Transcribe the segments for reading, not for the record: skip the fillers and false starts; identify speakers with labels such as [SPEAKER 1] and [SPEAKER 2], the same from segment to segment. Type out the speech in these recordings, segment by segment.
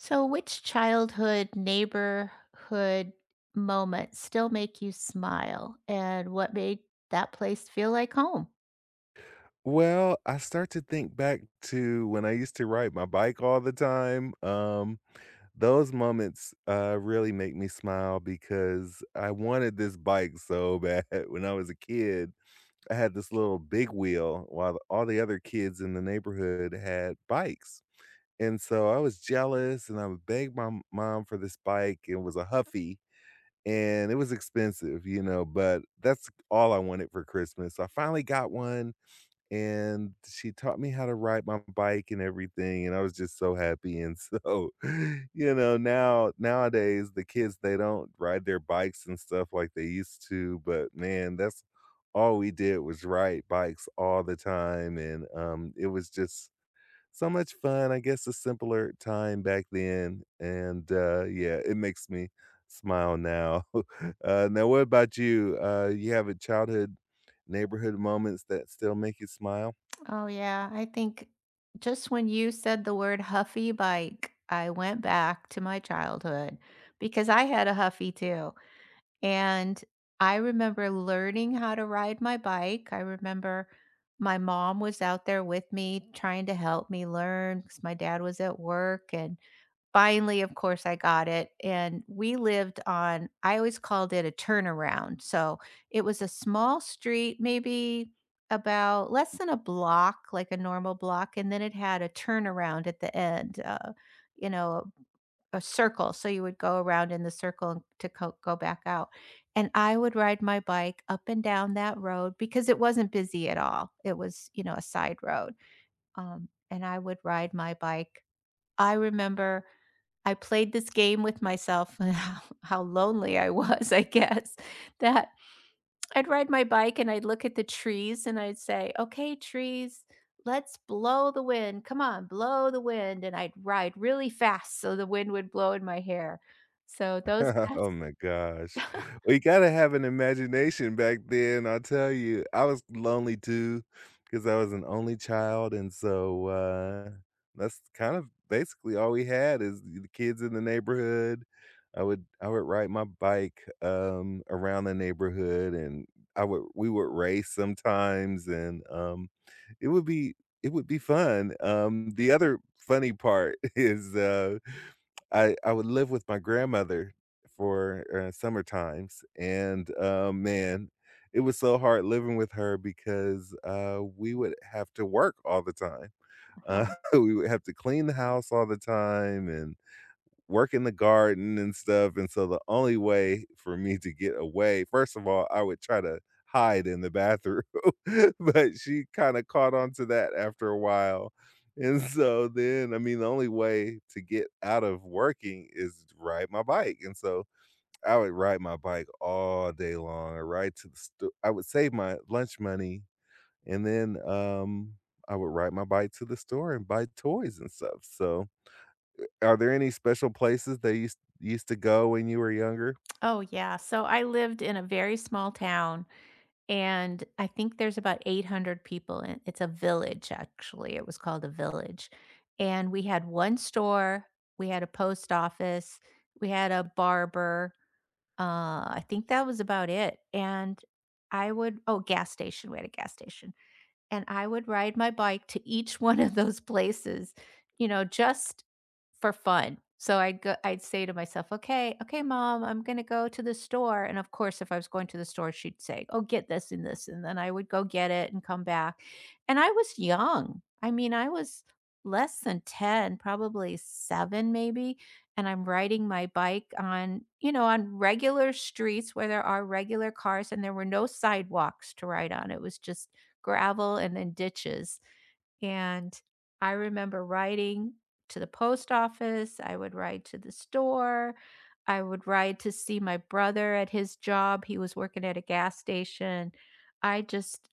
[SPEAKER 1] So, which childhood neighborhood moment still make you smile, and what made that place feel like home?
[SPEAKER 2] Well, I start to think back to when I used to ride my bike all the time, those moments, really make me smile because I wanted this bike so bad when I was a kid. I had this little big wheel while the all the other kids in the neighborhood had bikes, and so I was jealous and I would beg my m mom for this bike. It was a Huffy, and it was expensive, you know, but that's all I wanted for Christmas. So I finally got one and she taught me how to ride my bike and everything, and I was just so happy, and so, now nowadays, the kids, they don't ride their bikes and stuff like they used to, but man, that's all we did was ride bikes all the time, and, it was just so much fun. I guess a simpler time back then, and, yeah, it makes me smile now. Now what about you? You have a childhood neighborhood moments that still make you smile?
[SPEAKER 1] Oh, yeah. I think just when you said the word huffy bike, I went back to my childhood because I had a huffy too. And I remember learning how to ride my bike. I remember my mom was out there with me trying to help me learn because my dad was at work and finally, of course, I got it, and we lived on I always called it a turnaround, so it was a small street, maybe about less than a block, like a normal block, and then it had a turnaround at the end, you know, a circle, so you would go around in the circle to co go back out, and I would ride my bike up and down that road because it wasn't busy at all, it was, you know, a side road, and I would ride my bike. I remember I played this game with myself and how lonely I was, I guess, that I'd ride my bike and I'd look at the trees and I'd say, "Okay, trees, let's blow the wind. Come on, blow the wind." And I'd ride really fast so the wind would blow in my hair. So those that's
[SPEAKER 2] Oh my gosh. We gotta have an imagination back then, I'll tell you. I was lonely too, because I was an only child, and so, that's kind of basically all we had is the kids in the neighborhood. I would ride my bike, around the neighborhood, and I would we would race sometimes, and, it would be it would be fun. The other funny part is, I would live with my grandmother for, summer times, and, man, it was so hard living with her because, we would have to work all the time. Uh,
[SPEAKER 1] Oh,
[SPEAKER 2] we would have to clean the house all the time and work in the garden and stuff, and so the only way for me to get away, first of all, I would try to hide in the bathroom, but she kinda caught on to that after a while, and so then, I mean, the only way to get out of working is to ride my bike, and so I would ride my bike all day long. I ride to the store. I would save my lunch money, and then, I would ride my bike to the store and buy toys and stuff. So are there any special places that you used to go when you were younger?
[SPEAKER 1] oh, yeah. So I lived in a very small town and I think there's about 800 people in it's a village actually, it was called a village. And we had one store, we had a post office, we had a barber, uh, I think that was about it, and I would oh, gas station, we had a gas station. And I would ride my bike to each one of those places, you know, just for fun. So I'd go I'd say to myself, "Okay, okay, mom, I'm gonna go to the store." And of course, if I was going to the store, she'd say, "Oh, get this and this," and then I would go get it and come back. And I was young. I mean, I was less than 10, probably 7, maybe. And I'm riding my bike on, you know, on regular streets where there are regular cars and there were no sidewalks to ride on. It was just gravel and then ditches. And I remember riding to the post office, I would ride to the store, I would ride to see my brother at his job. He was working at a gas station. I just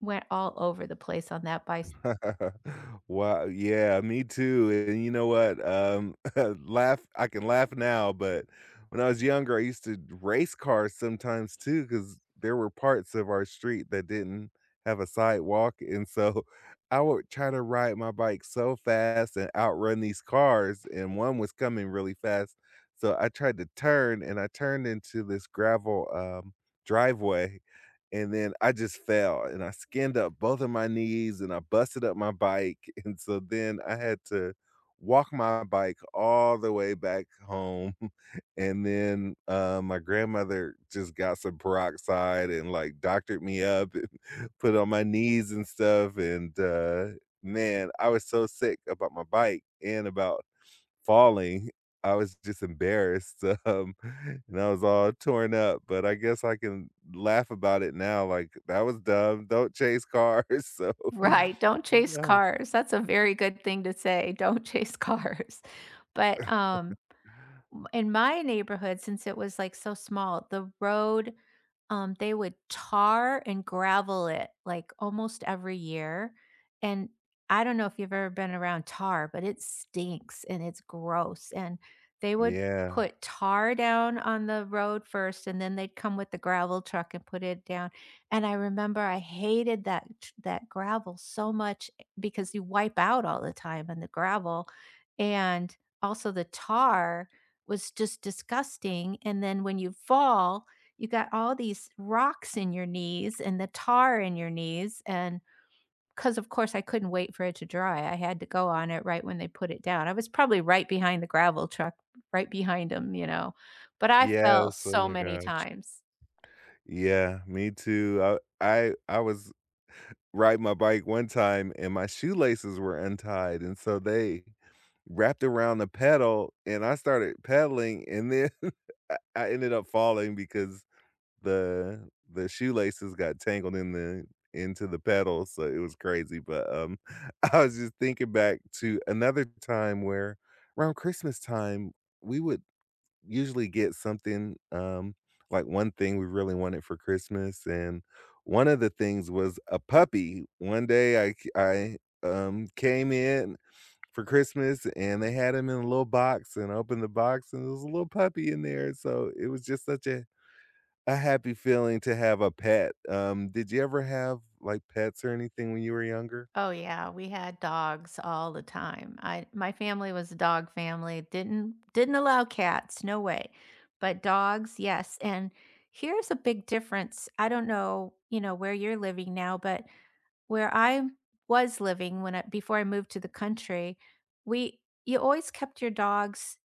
[SPEAKER 1] went all over the place on that bicycle.
[SPEAKER 2] Wow, yeah, me too. And you know what, laugh I can laugh now, but when I was younger, I used to race cars sometimes too, because there were parts of our street that didn't have a sidewalk, and so I would try to ride my bike so fast and outrun these cars, and one was coming really fast, so I tried to turn, and I turned into this gravel, driveway, and then I just fell and I skinned up both of my knees and I busted up my bike. And so then I had to walk my bike all the way back home. And then my grandmother just got some peroxide and like doctored me up and put on my knees and stuff. And man, I was so sick about my bike and about falling. I was just embarrassed, and I was all torn up, but I guess I can laugh about it now, like, "That was dumb, don't chase cars," so
[SPEAKER 1] Right, don't chase
[SPEAKER 2] yeah.
[SPEAKER 1] cars. That's a very good thing to say. Don't chase cars. But in my neighborhood, since it was like so small, the road, they would tar and gravel it like almost every year. And I don't know if you've ever been around tar, but it stinks and it's gross. And they would
[SPEAKER 2] Yeah.
[SPEAKER 1] put tar down on the road first, and then they'd come with the gravel truck and put it down. And I remember I hated that gravel so much eh, because you wipe out all the time in the gravel, and also the tar was just disgusting. And then when you fall, you got all these rocks in your knees and the tar in your knees. And because, of course, I couldn't wait for it to dry, I had to go on it right when they put it down. I was probably right behind the gravel truck, right behind them, you know, but I fell
[SPEAKER 2] Yes, oh
[SPEAKER 1] so
[SPEAKER 2] my
[SPEAKER 1] many
[SPEAKER 2] gosh.
[SPEAKER 1] times.
[SPEAKER 2] Yeah, me too. I was riding my bike one time, and my shoelaces were untied, and so they wrapped around the pedal, and I started pedaling, and then I ended up falling because the shoelaces got tangled in the into the pedals, so it was crazy. But, I was just thinking back to another time where around Christmas time, we would usually get something, like, one thing we really wanted for Christmas, and one of the things was a puppy. One day I, came in for Christmas, and they had him in a little box, and I opened the box, and there was a little puppy in there, so it was just such a happy feeling to have a pet. Did you ever have, like, pets or anything when you were younger?
[SPEAKER 1] Oh yeah, we had dogs all the time. I My family was a dog family. Didn't allow cats, no way. But dogs, yes. And here's a big difference. I don't know, you know, where you're living now, but where I was living when before I moved to the country, we you always kept your dogs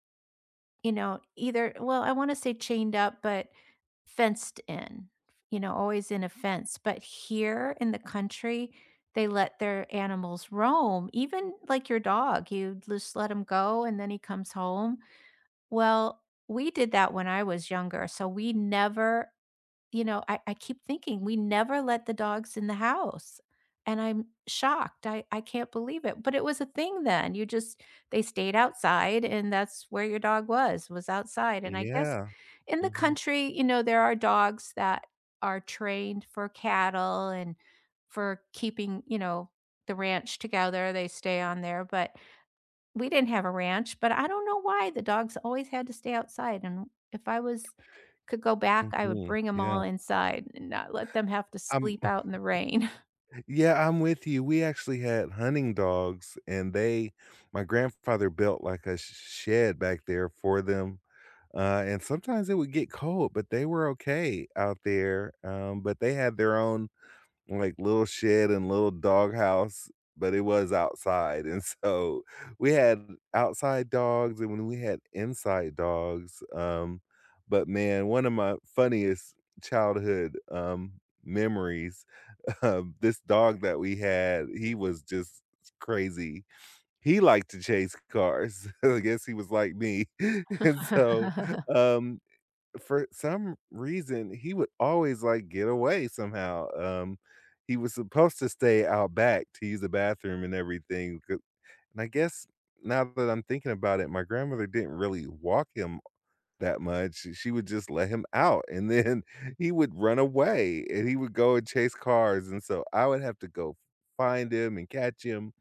[SPEAKER 1] you know, either well, I wanna say chained up, but fenced in, you know, always in a fence, but here in the country, they let their animals roam, even like your dog, you just let him go and then he comes home. Well, we did that when I was younger, so we never you know, I keep thinking we never let the dogs in the house. And I'm shocked. I can't believe it. But it was a thing then. You just they stayed outside and that's where your dog was outside. And I guess
[SPEAKER 2] Yeah.
[SPEAKER 1] in the
[SPEAKER 2] Mhm,
[SPEAKER 1] country, you know, there are dogs that are trained for cattle and for keeping, you know, the ranch together. They stay on there. But we didn't have a ranch, but I don't know why the dogs always had to stay outside, and if I was could go back, I would
[SPEAKER 2] mhm,
[SPEAKER 1] bring them
[SPEAKER 2] yeah.
[SPEAKER 1] all inside and not let them have to
[SPEAKER 2] I'm
[SPEAKER 1] sleep out in the rain.
[SPEAKER 2] yeah, I'm with you. We actually had hunting dogs, and they my grandfather built, like, a sh shed back there for them, and sometimes it would get cold, but they were okay out there, but they had their own, like, little shed and little doghouse, but it was outside, and so we had outside dogs and when we had inside dogs, but man, one of my funniest childhood, memories, this dog that we had, he was just crazy. He liked to chase cars. I guess he was like me, and so, um for some reason, he would always, like, get away somehow. He was supposed to stay out back to use the bathroom and everything, 'cau and I guess now that I'm thinking about it, my grandmother didn't really walk him that much. She would just let him out, and then he would run away, and he would go and chase cars, and so I would have to go find him and catch him,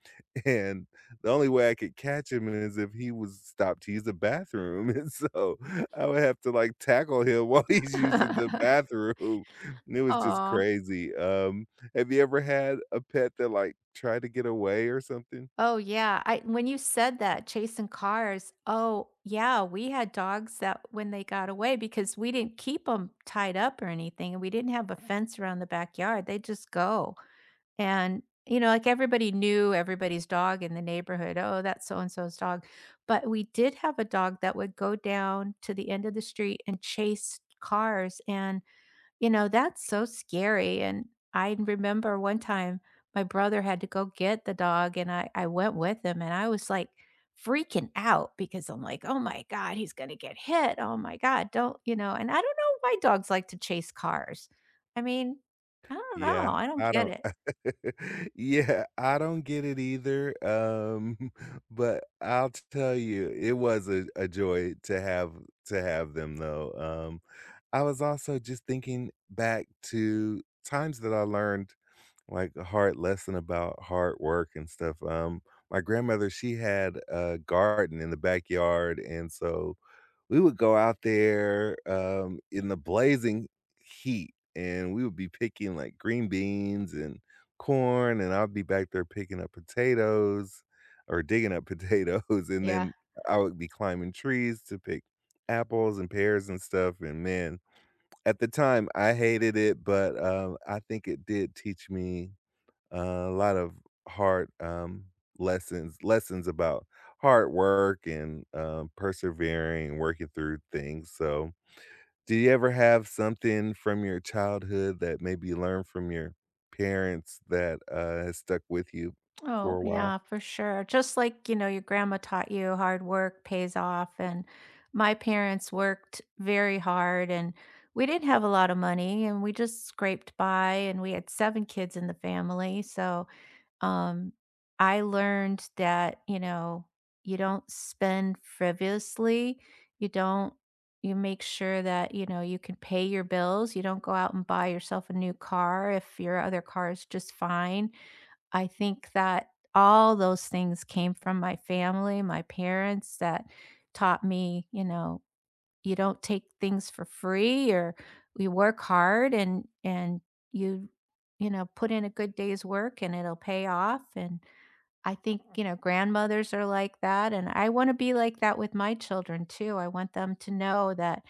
[SPEAKER 2] and the only way I could catch him is if he was stopped to use the bathroom, and so I would have to, like, tackle him while he's using the bathroom, and it was just
[SPEAKER 1] Aw.
[SPEAKER 2] crazy. Have you ever had a pet that, like, tried to get away or something?
[SPEAKER 1] Oh, yeah, I when you said that, chasing cars, oh, yeah, we had dogs that when they got away because we didn't keep them tied up or anything, and we didn't have a fence around the backyard, they just go. And, you know, like everybody knew everybody's dog in the neighborhood. Oh, that's so and so's dog. But we did have a dog that would go down to the end of the street and chase cars. And you know, that's so scary, and I remember one time my brother had to go get the dog, and I went with him, and I was, like, freaking out because I'm like, "Oh my god, he's gonna get hit. Oh my god, don't" you know, and I don't know why dogs like to chase cars. I mean, I don't know,
[SPEAKER 2] Yeah,
[SPEAKER 1] I don't
[SPEAKER 2] I
[SPEAKER 1] get
[SPEAKER 2] don't
[SPEAKER 1] it.
[SPEAKER 2] yeah, I don't get it either, but I'll tell you, it was a joy to have them, though. I was also just thinking back to times that I learned, like, a hard lesson about hard work and stuff, my grandmother, she had a garden in the backyard, and so we would go out there, in the blazing heat, and we would be picking, like, green beans and corn, and I'd be back there picking up potatoes or digging up potatoes, and
[SPEAKER 1] Yeah.
[SPEAKER 2] then I would be climbing trees to pick apples and pears and stuff, and man, at the time, I hated it, but, I think it did teach me a lot of hard, lessons about hard work and, persevering and working through things. So do you ever have something from your childhood that maybe you learned from your parents that, has stuck with you
[SPEAKER 1] Oh,
[SPEAKER 2] for a while?
[SPEAKER 1] yeah, for sure. Just like, you know, your grandma taught you hard work pays off. And my parents worked very hard and we didn't have a lot of money and we just scraped by and we had 7 kids in the family. So um I learned that, you know, you don't spend frivolously. You don't you make sure that, you know, you can pay your bills. You don't go out and buy yourself a new car if your other car is just fine I think that all those things came from my family, my parents that taught me, you know, you don't take things for free or you work hard and you you know, put in a good day's work and it'll pay off and I think, you know, grandmothers are like that, and I wanna be like that with my children too. I want them to know that,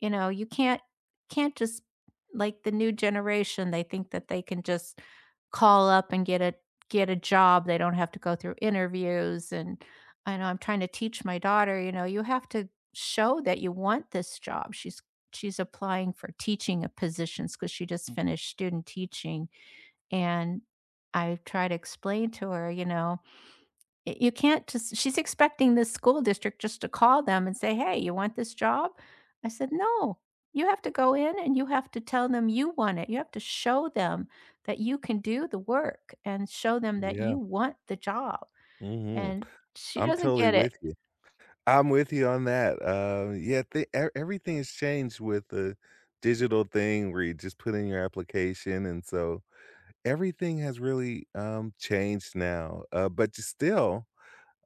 [SPEAKER 1] you know, you can't just like the new generation, they think that they can just call up and get a job. They don't have to go through interviews, and I know I'm trying to teach my daughter, you know, you have to show that you want this job. She's applying for teaching, because she just finished student teaching, and I try to explain to her, you know, Y you can't just she's expecting the school district just to call them and say, "Hey, you want this job?" I said, "No. You have to go in and you have to tell them you want it. You have to show them that you can do the work and show them that
[SPEAKER 2] Yeah.
[SPEAKER 1] you want the job."
[SPEAKER 2] Mhm.
[SPEAKER 1] And she
[SPEAKER 2] I'm
[SPEAKER 1] doesn't
[SPEAKER 2] totally
[SPEAKER 1] get it.
[SPEAKER 2] with you. I'm with you on that, yeah, the e everything has changed with the digital thing where you just put in your application, and so everything has really, changed now, but just still,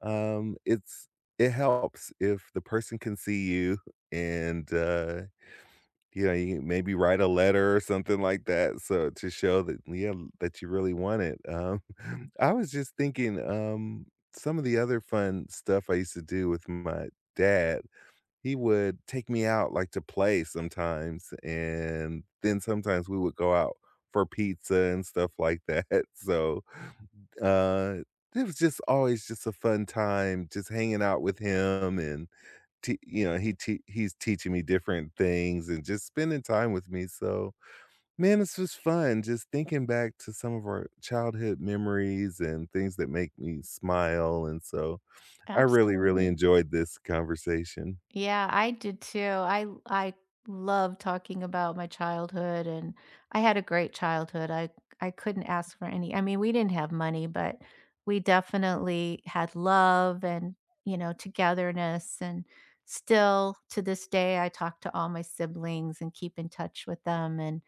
[SPEAKER 2] um, it's it helps if the person can see you and, you know, you maybe write a letter or something like that, so to show that, yeah, that you really want it, I was just thinking, some of the other fun stuff I used to do with my dad, he would take me out, like, to play sometimes, and then sometimes we would go out for pizza and stuff like that, so, uh, it was just always just a fun time just hanging out with him and t you know, he's teaching me different things and just spending time with me. So, man, this was fun just thinking back to some of our childhood memories and things that make me smile, and so I really, really
[SPEAKER 1] Absolutely.
[SPEAKER 2] enjoyed this conversation.
[SPEAKER 1] Yeah, I did too. I love talking about my childhood and I had a great childhood. I couldn't ask for any. I mean, we didn't have money, but we definitely had love and, you know, togetherness and still to this day I talk to all my siblings and keep in touch with them and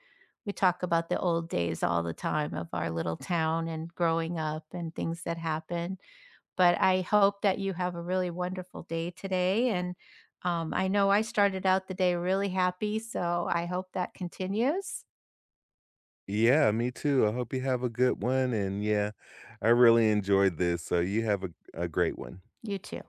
[SPEAKER 1] we talk about the old days all the time of our little town and growing up and things that happened but I hope that you have a really wonderful day today, and, I know I started out the day really happy, so I hope that continues.
[SPEAKER 2] Yeah, me too. I hope you have a good one, and yeah, I really enjoyed this, so you have a great one.
[SPEAKER 1] You too.